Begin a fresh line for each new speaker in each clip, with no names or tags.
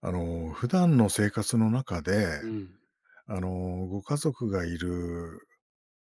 普段の生活の中で、
うん、
あの、ご家族がいる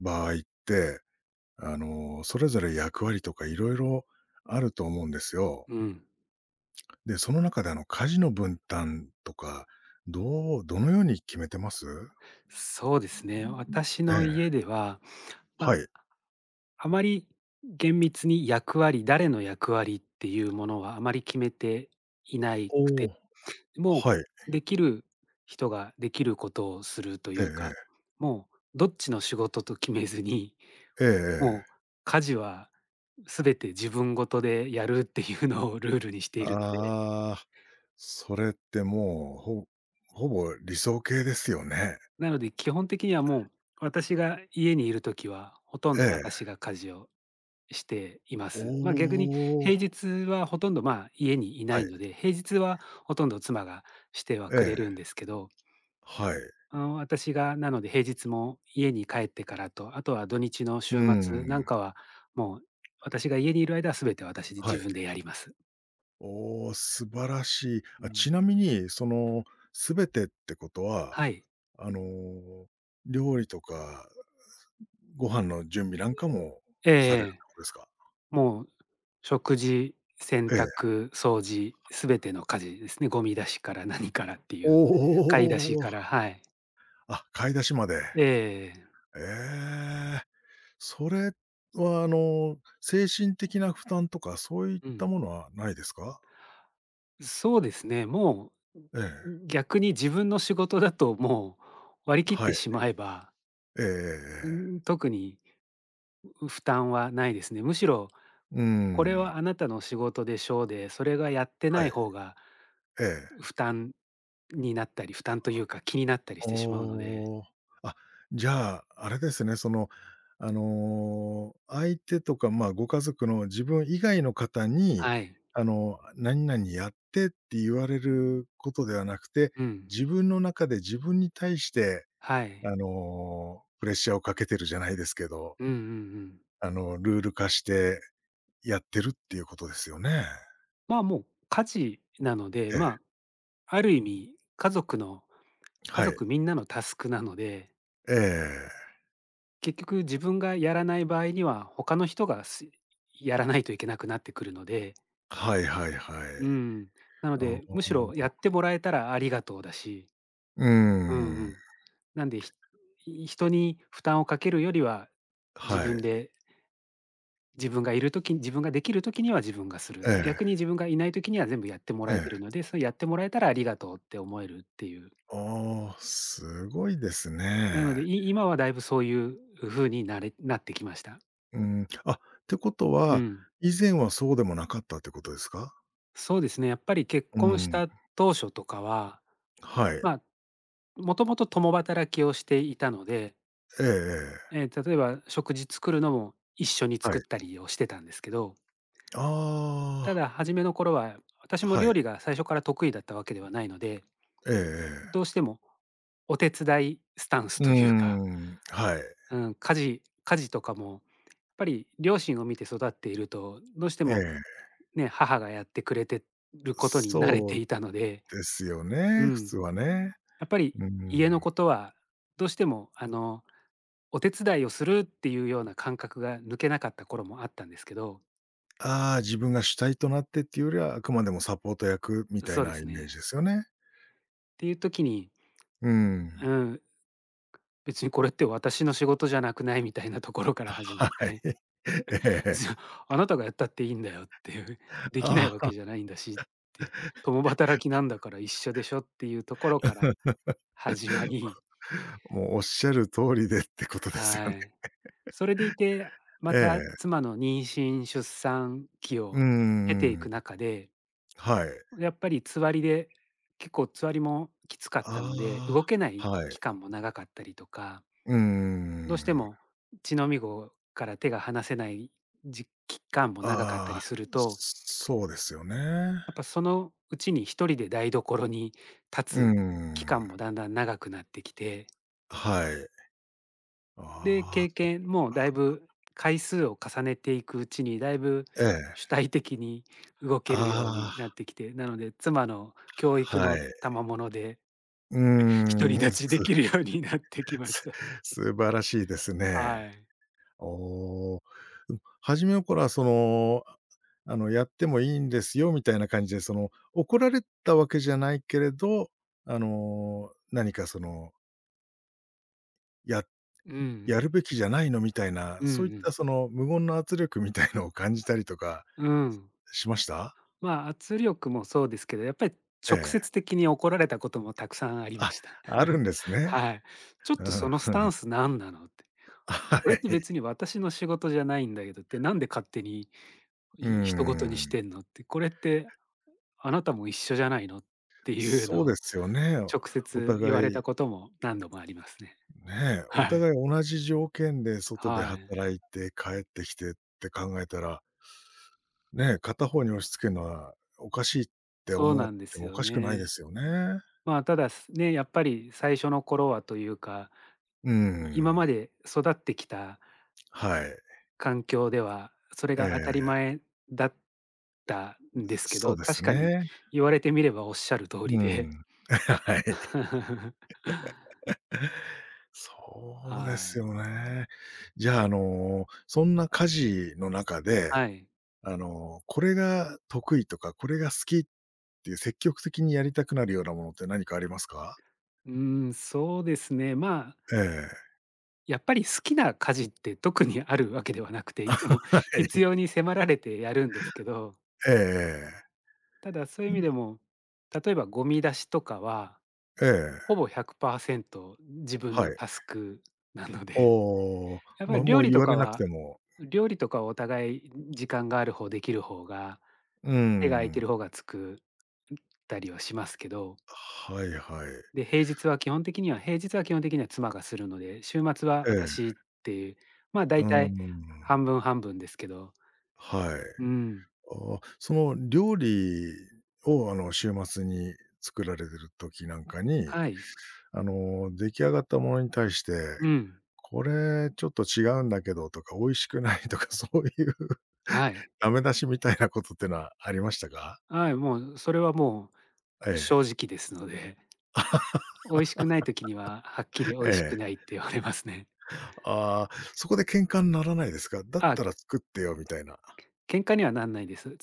場合って、それぞれ役割とかいろいろあると思うんですよ。
うん。
で、その中で家事の分担とか、どのように決めてます？
そうですね。私
え
の
え、
家では、ま
はい。
あ、あまり厳密に役割、誰の役割っていうものはあまり決めていないく
お
て、
お、
も
はい。
うできる人ができることをすると
え
いう
え
か、
え
もうどっちの仕事と決めずに、
え。えええ
も
え。
う家事は全て自分ごとでやるっていうのをルールにしているので、
ああ、それってもう、ほぼ理想形ですよね。
なので基本的にはもう私が家にいるときは、ほとん
え
ど
え。
私が家事をしています。まあ、逆に
おお、
平日はほとんど、まあ、家にいな
は
い
い。
ので、平日はほとんど妻がしては
え
くれる
え、
んですけど、
はい。
なので平日も家に帰ってからと、あとは土日の
う
週末なん
ん。
かは、もう私が家にいる間は全て私で
は
自
い。
分でやります。
おー素晴らしい。
う
あ、ち
ん。
なみに、その、全てってことは、
はい。
あの、料理とかご飯の準備なんかも
えええ
されるって
え。
ことですか？
もう食事、洗
ええ。
濯、掃除、すべての家事ですね。ゴミ出しから何からってい
お
う、買い出し
お。
から、はい。
あ、買い出しまで。
ええ。
ええ。それは、精神的な負担とかそういっ
う
た
ん。
ものはないですか？
そうですね、も
ええ。
う、逆に自分の仕事だともう割り切っ
は
て
い。
しまえば、
ええええええ。
特に負担はないですね。むしろ
うー
これ
ん。
はあなたの仕事でしょうで、それがやって
は
ない
い。
方が
ええ。
負担になったり、負担というか気になったりしてしまうので、
おお。あ、じゃあ、あれですね、その、相手とか、まあ、ご家族の自分以外の方に、
はい。
何々やってって言われることではなくて、
うん、
自分の中で自分に対して、
はい。
プレッシャーをかけてるじゃないですけど、
うんうんうん。
ルール化してやってるっていうことですよね。
まあ、もう家事なので、
ええ、
まあ、ある意味家族の家
はい。
族みんなのタスクなので
ええ。
結局自分がやらない場合には、他の人がやらないといけなくなってくるので、
はいはいは
う
い。
ん。なの
お
で、むしろやっ
あ。
てもらえたらありがとうだし、
うー
うんう
ん。
ん。なんで、人に負担をかけるよりは、自
は
分
い。
で自分がいる時に自分ができる時には自分がする
え
と、
え。
逆に自分がいない時には全部やっても
え
らえてる
え。
ので、それやってもらえたらありがとうって思えるっていう。
ああ、すごいです
なので、
ね。
今はだいぶそういう風になってきました。
うん。あ、ってこと
う
は、
ん。
以前はそうでもなかったってことですか？
そうですね、やっぱり結
う
婚し
ん。
た当初とかは、
はい。
まあ、もともと共働きをしていたので、
ええええ。
ええ、例えば食事作るのも一緒に
は
作っ
い。
たりをしてたんですけど、た
あ
だ初めの頃は
あ、
私も
はい。
料理が最初から得意だったわけではないので、
えええ
ど
え。
うしてもお手伝いスタンス
うー
というか、
ん、はい。
うん、家事とかもやっぱり両親を見て育っていると、どうして
え
も
え。
ね、母がやってくれてることに慣れ
そ
て
う
いたので、
ですよ
う
ね、普
ん。
通はね。
やっぱり
うん。
家のことはどうしてもお手伝いをするっていうような感覚が抜けなかった頃もあったんですけど、
ああ、自分が主体となってっていうよりは、あくまでもサポート役みたい
そうで
なイ
す
メージ
ね。
ですよね。
っていう時に、
うん。
うん、別にこれって私の仕事じゃなくないみたいなところから始ま
は
っ
い。
て、
え
そう
え。
あなたがやったっていいんだよっていう、できない
あ
わけじゃ
あ。
ないんだしって、共働きなんだから一緒でしょっていうところから始まり、
もうおっしゃる通りでってことですよ
は
ね。
い。それでいて、ま
え
た
え。
妻の妊娠出産期
う
を
ー
経てい
ん。
く中で
はい。
やっぱりつわりで、結構つわりもきつかったので、
あ
動けない
あ、はい。
期間も長かったりとか、
うー
どうして
ん。
も血のみごから手が離せない期間も長かった
あ
り
あ、
すると、
そうですよね。
やっぱそのうちに一人で台所に
うー
立つ期
ん。
間もだんだん長くなってきて、
はい。あ
で、
あ、
経
そっ
験もだい
か。
ぶ回数を重ねていくうちに、だいぶ
え
主
え。
体的に動けるようになっ
あ
てきて、なので妻の教
あ、
育
は
の
い。
賜物で
う
独り
ーん、
立ちできるようになってきまし
す
た。
素晴らしいですね。
はい。
おあ、うん、初めの頃はその、やってもいいんですよみたいな感じで、その、怒られたわけじゃないけれど、何かその、や
うんう
や
ん。
るべきじゃないのみたいな、
うんう
そういった
ん。
その無言の圧力みたいのを感じたりとか、
うん。
しました？
まあ、圧力もそうですけど、やっぱり
え
直
え。
接的に怒られたこともたくさんありま
あ、
した。
あるん ですね。
はい。ちょっ
う
とそ
ん。
のスタン ス何なのって。
は
これって
い。
別に私の仕事じゃないんだけどって、なんで勝手に
う
い人事にし
ん。
てんのって、これってあなたも一緒じゃないのっていう
そう
のを
ですよね。
直
お
接言われ
互い
たことも何度もありますね。
ねえ、お
はい。
互い同じ条件で外で
はい。
働いて帰ってきてって考えたら、ねえ、片方に押し付けるのはおかしいって
そう
思っ
なんで
て
す
もお
よ
かしくないで
ね。
すよね。
まあ、ただ、やっぱり最初の頃はというか、
うー
今
ん、
まで育ってきた
はい。
環境では、それ
え
が当たり
え、
前だったんですけ
そう
ど、
で
確
す
かに
ね。
言われてみればおっしゃる通り
う
で。
ん。はい。
は
そうです
い。
よね。じゃあ、そんな家事の中で、
はい。
これが得意とか、これが好きっていう積極的にやりたくなるようなものって何かありますか？
うーん、そうですね、まあ、
ええ、
やっぱり好きな家事って特にあるわけではなくて、いつ も
は
必
い。
要に迫られてやるんですけど、
ええええ。
ただそういう意味でも、例えばゴミ出しとかは
え
ほ
え、
ぼ100%自分
は
の
い。
タスクなので、
おお、
やっぱ
ま、
り
も
料
う
理
言
と
わ
か
れなく
は
ても、
料理とかはお互い時間がある方、できる方が、
うー
手が空いて
ん。
る方が作ったりはしますけど、
はいはい。
で、平日は基本的には妻がするので、週末は
ええ、
私っていう、まあ、
う
大
ー
体
ん。
半分半分ですけど、
はい。
うん、
ああ、その料理を、週末に作られてる時なんかに、
はい、
出来上がったものに対して、
うん、
これちょっと違うんだけどとか、美味しくないとか、そういう
はい、
ダメ出しみたいなことってのはありましたか？
はい、もうそれはもう
え
正直ですので、美味しくない時にははっきり美
え、え
味しくな
え。
いって言われますね。
ああ、そこで喧嘩にならないですか？だっ
あ
たら作ってよみたいな。
喧嘩にはなんないです。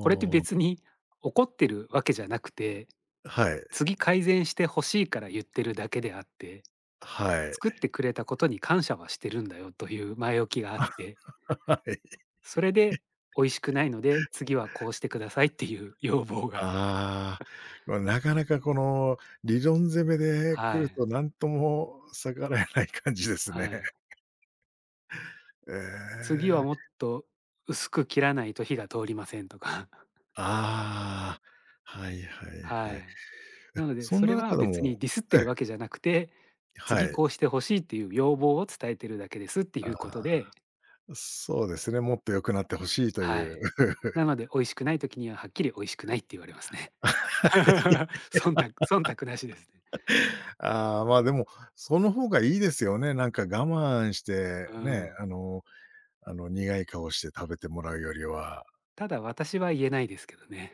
これって別
あ。
に怒ってるわけじゃなくて、
はい。
次改善してほしいから言ってるだけであって、
はい。
作ってくれたことに感謝はしてるんだよという前置きがあっ て、
はい。
それで美味しくないので、次はこうしてくださいっていう要望が。
ああ、ま、なかなかこの理論攻めで来
は
る
い。
となんとも逆らえない感じです
は
ね。
い。
え
次はもっ
え。
と薄く切らないと火が通りませんとか。
ああ、はいはい
は
は
い。
い。
なので、
そん
そ
な
れは
中で
別に
も
ディスって
ええ、
るわけじゃなくて、
は
次
い。
こうしてほしいっていう要望を伝えてるだけですってい
あ
うこと
あ、
で
そうですね、もっと良くなって欲しいとい
は
う。
い。なので美味しくない時には、はっきり美味しくないって言われますね。
はい。
忖度なしですね。
ああ、まあ、でも、その方がいいですよね。なんか我慢して、
う
ね、
ん。
苦い顔して食べてもらうよりは。
ただ私は言えないですけどね。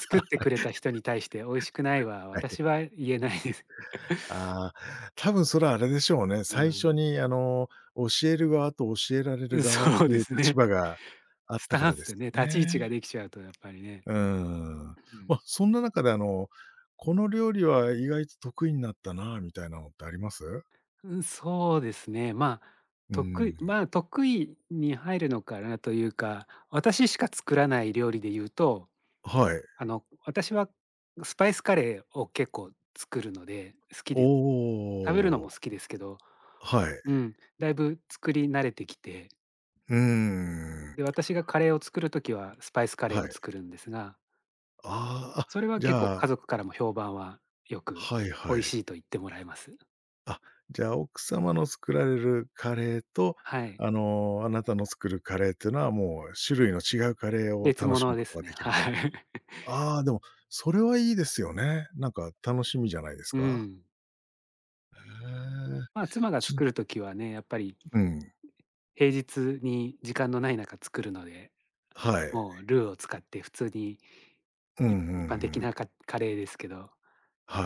作ってくれた人に対して美味しくないは
はい。
私は言えないです。
ああ、多分それはあれでしょうね。
う
最初
ん。
に教える側と教えられる側っ
そう
てい
で
う
す
立
ね。
場があっ
ス
たか
タン
らで
ス
す
でね、
よ
立ち位置が
ね。
できちゃうとやっぱりね。
うーん。
うん。
まあ、そんな中でこの料理は意外と得意になったなみたいなのってあります？
うん、そうですね。まあ、
う
得意
ん。
まあ、得意に入るのかなというか、私しか作らない料理で言うと
はい。
私はスパイスカレーを結構作るので、好き
お
で、食べるの
お。
も好きですけど、
はい。
うん、だいぶ作り慣れてきて、
うーん。
で、私がカレーを作るときはスパイスカレー
は
を
い。
作るんですが、
ああ、あ、
それは
じ
結構
ゃ
家
あ、
族からも評判はよく、
はい
美
はい。
味しいと言ってもらえます。
あ、じゃあ奥様の作られるカレーと、
はい。
あなたの作るカレーっていうのは、もう種類の違うカレーを
別
楽しむ
物
こ
で
と
す
がで
ね。
きる
は
と。
い。
ああ、でも、それはいいですよね。なんか楽しみじゃないです
う
か？
ん。
へえ。
まあ、妻が
ち
作るときはね、やっぱり
うん、
平日に時間のない中作るので、
はい。
もうルーを使って普通に
うんう
一
ん
一般的
う
な
ん。
カレーですけど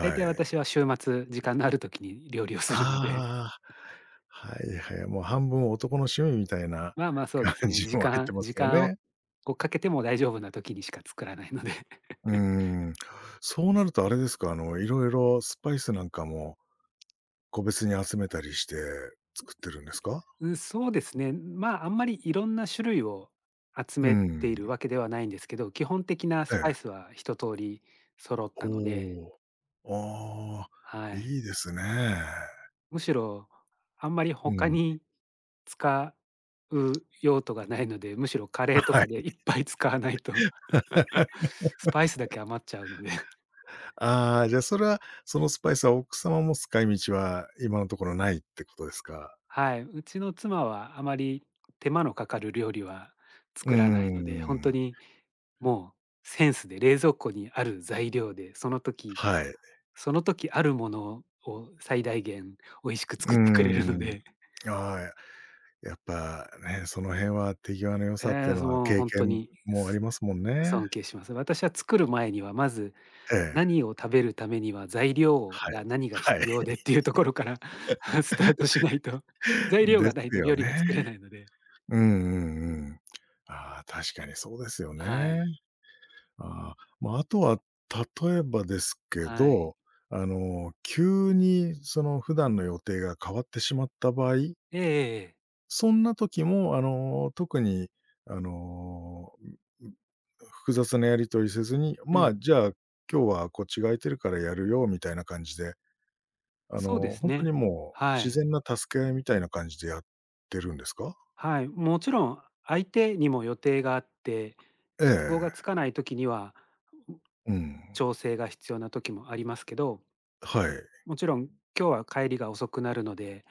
大体
い。
私は週末、時間のある時に料理をするので、
ああ、はいはい。もう半分男の趣味みたいな
まあまあ、そうです
感
ね、
じ
時
も入って
間
ま
時
すよ
間を
ね。
をかけても大丈夫な時にしか作らないので。
うーん。そうなるとあれですか、いろいろスパイスなんかも個別に集めたりして作ってるんですか？
うん、そうですね、まあ、あんまりいろんな種類を集
う
めてい
ん。
るわけではないんですけど、基本的な
え
スパイ
え。
スは一通り揃っ
お
たので、
お。ああ、
はい。
いいですね。
むしろ、あんまり
う
他
ん。
に使う用途がないので、むしろカレ ーと
は
かで
い。
いっぱい使わないと、スパイスだけ余っちゃうので。
ああ、じゃあそれは、そのスパイスは奥様も使い道は今のところないってことですか？
はい、うちの妻はあまり手間のかかる料理は
うー
作らないので、本当
ん。
にもうセンスで冷蔵庫にある材料で、その時
はい。う
その時あるものを最大限美味しく
ー
作ってくれるの
ん。
で、
ああ、やっぱね、その辺は手際の良さって
え
い
え、
うの
そ
は
もう
経
ほ
験
に、
もあり
す
ますもんね。
尊敬します。私は作る前にはまず、
ええ。
何を食べるためには材料
はい。
が何が
は
必
い。
要でっていうところから スタートしないと、材料
で
がない
す
と
よ
料理が作れな
ね。
いので、
うんうんうん。ああ、確かにそうですよ
は
ね。
い、
ああ、まあ、あとは例えばですけ
はい。
ど、急にその普段の予定が変わってしまった場合、
ええええ。
そんな時も特にあの、複雑なやり取りせずに、
う
まあ、
ん、
じゃあ、今日はこっちが空いてるからやるよみたいな感じで、
そうです
本当に
ね。
もう
は
自
い。
然な助け合いみたいな感じでやってるんですか？
はい。もちろん相手にも予定があって、
え
都合がつ
え。
かない時には、う
うん。
調整が必要な時もありますけど、
はい。
もちろん今日は帰りが遅くなるので、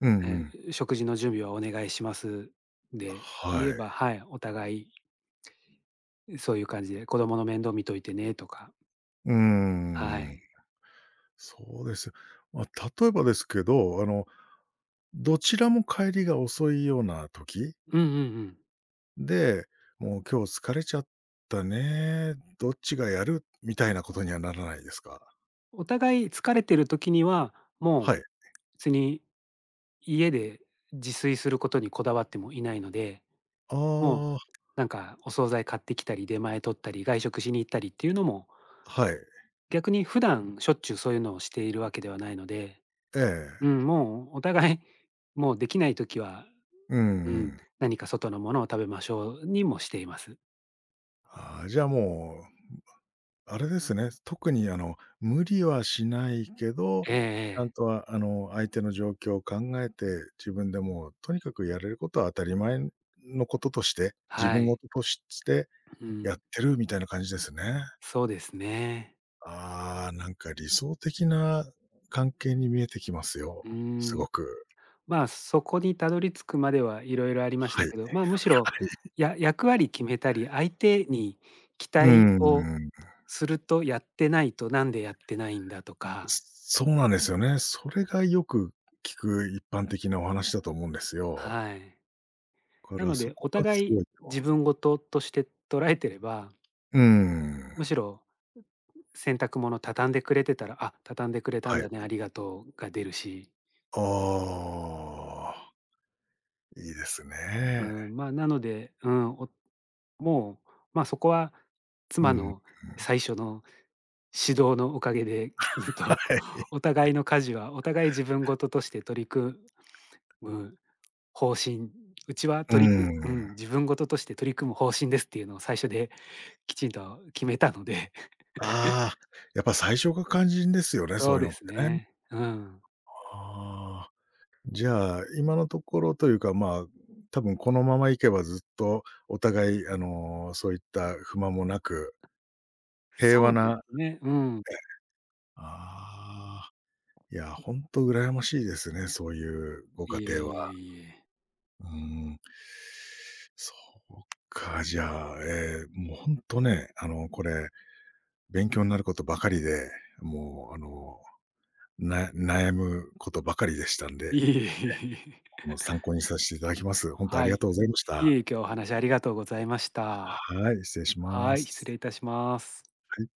うんうん。
食事の準備はお願いします、で
は
言え
い。
ば、はい、お互いそういう感じで子供の面倒見といてねとか、
うー
は
ん。
い。
そうです。まあ、例えばですけど、どちらも帰りが遅いような時
うんうんうん。
で、もう今日疲れちゃったね、どっちがやるみたいなことにはならないですか？
お互い疲れてる時には、もう
はい。
別に家で自炊することにこだわってもいないので
あ
もう、
あ、
なんかお惣菜買ってきたり、出前取ったり、外食しに行ったりっていうのも、
はい。
逆に普段しょっちゅうそういうのをしているわけではないので、
ええ。
うん、もうお互い、もうできない時は、
うん
う
う
ん、
ん。
何か外のものを食べましょうにもしています。
ああ、じゃあもうあれですね、特に無理はしないけど、
ええ
ちゃん
ええ。
と相手の状況を考えて、自分でもうとにかくやれることは当たり前のこととして、自
は
分
い。
事として
う
やっ
ん、
てるみたいな感じですね。
そうですね。
ああ、なんか理想的な関係に見えてきますよ。
う
すご
ん、
く。
まあ、そこにたどり着くまではいろいろありまし
はい、
た
は
けど、まあ、むしろ、
い。
役割決めたり、相手に期
うー
待を
ん。
すると、やってないとなんでやってないんだとか、
そうなんですよね。それがよく聞く一般的なお話だと思うんですよ。
はい。
だか
な
ら
の
そ
で、
こ
お
がす
互い
ごい
自分事として捉えてれば、
うーん。
むしろ洗濯物畳んでくれてたら、あ、畳んでくれたん
はい。
だね、ありがとうが出るし、
ああ、いいです
う
ね。
ん、まあ、なので、うん、おもう、まあ、そこは
う
妻
ん、
の最初の指導のおかげできちん
は
と
い。
お互いの家事はお互い自分事として取り組む方針、うちは
う
取り
ん。
くう
ー
ん、
ん。
自分事として取り組む方針ですっていうのを最初で きちんと決めたので、
ああ、やっぱ最初が肝心ですよ ね、そう
そう
いうの
で
っ
す
てね。
ね。うん。
ああ、じゃあ、今のところというか、まあ、多分このままいけばずっとお互い、そういった不満もなく、平
そ
和
うで
な
すね、うん。
ええ、ああ、いや、ほんと羨ましいですね、そういうご
い
家
えいえい
庭は。
えいえ。
うーん。そうか、じゃあ、ええ、もう本当ね、これ、勉強になることばかりで、もう、悩むことばかりでしたん
い
で、
えいえいえはいえ。
参考にさせていただきます。本当ありが
い。
とうございまし
いえ、
た。
今日お話ありがとうございました。
はい、失礼しま
はい、失礼
す。
いたします。
はい。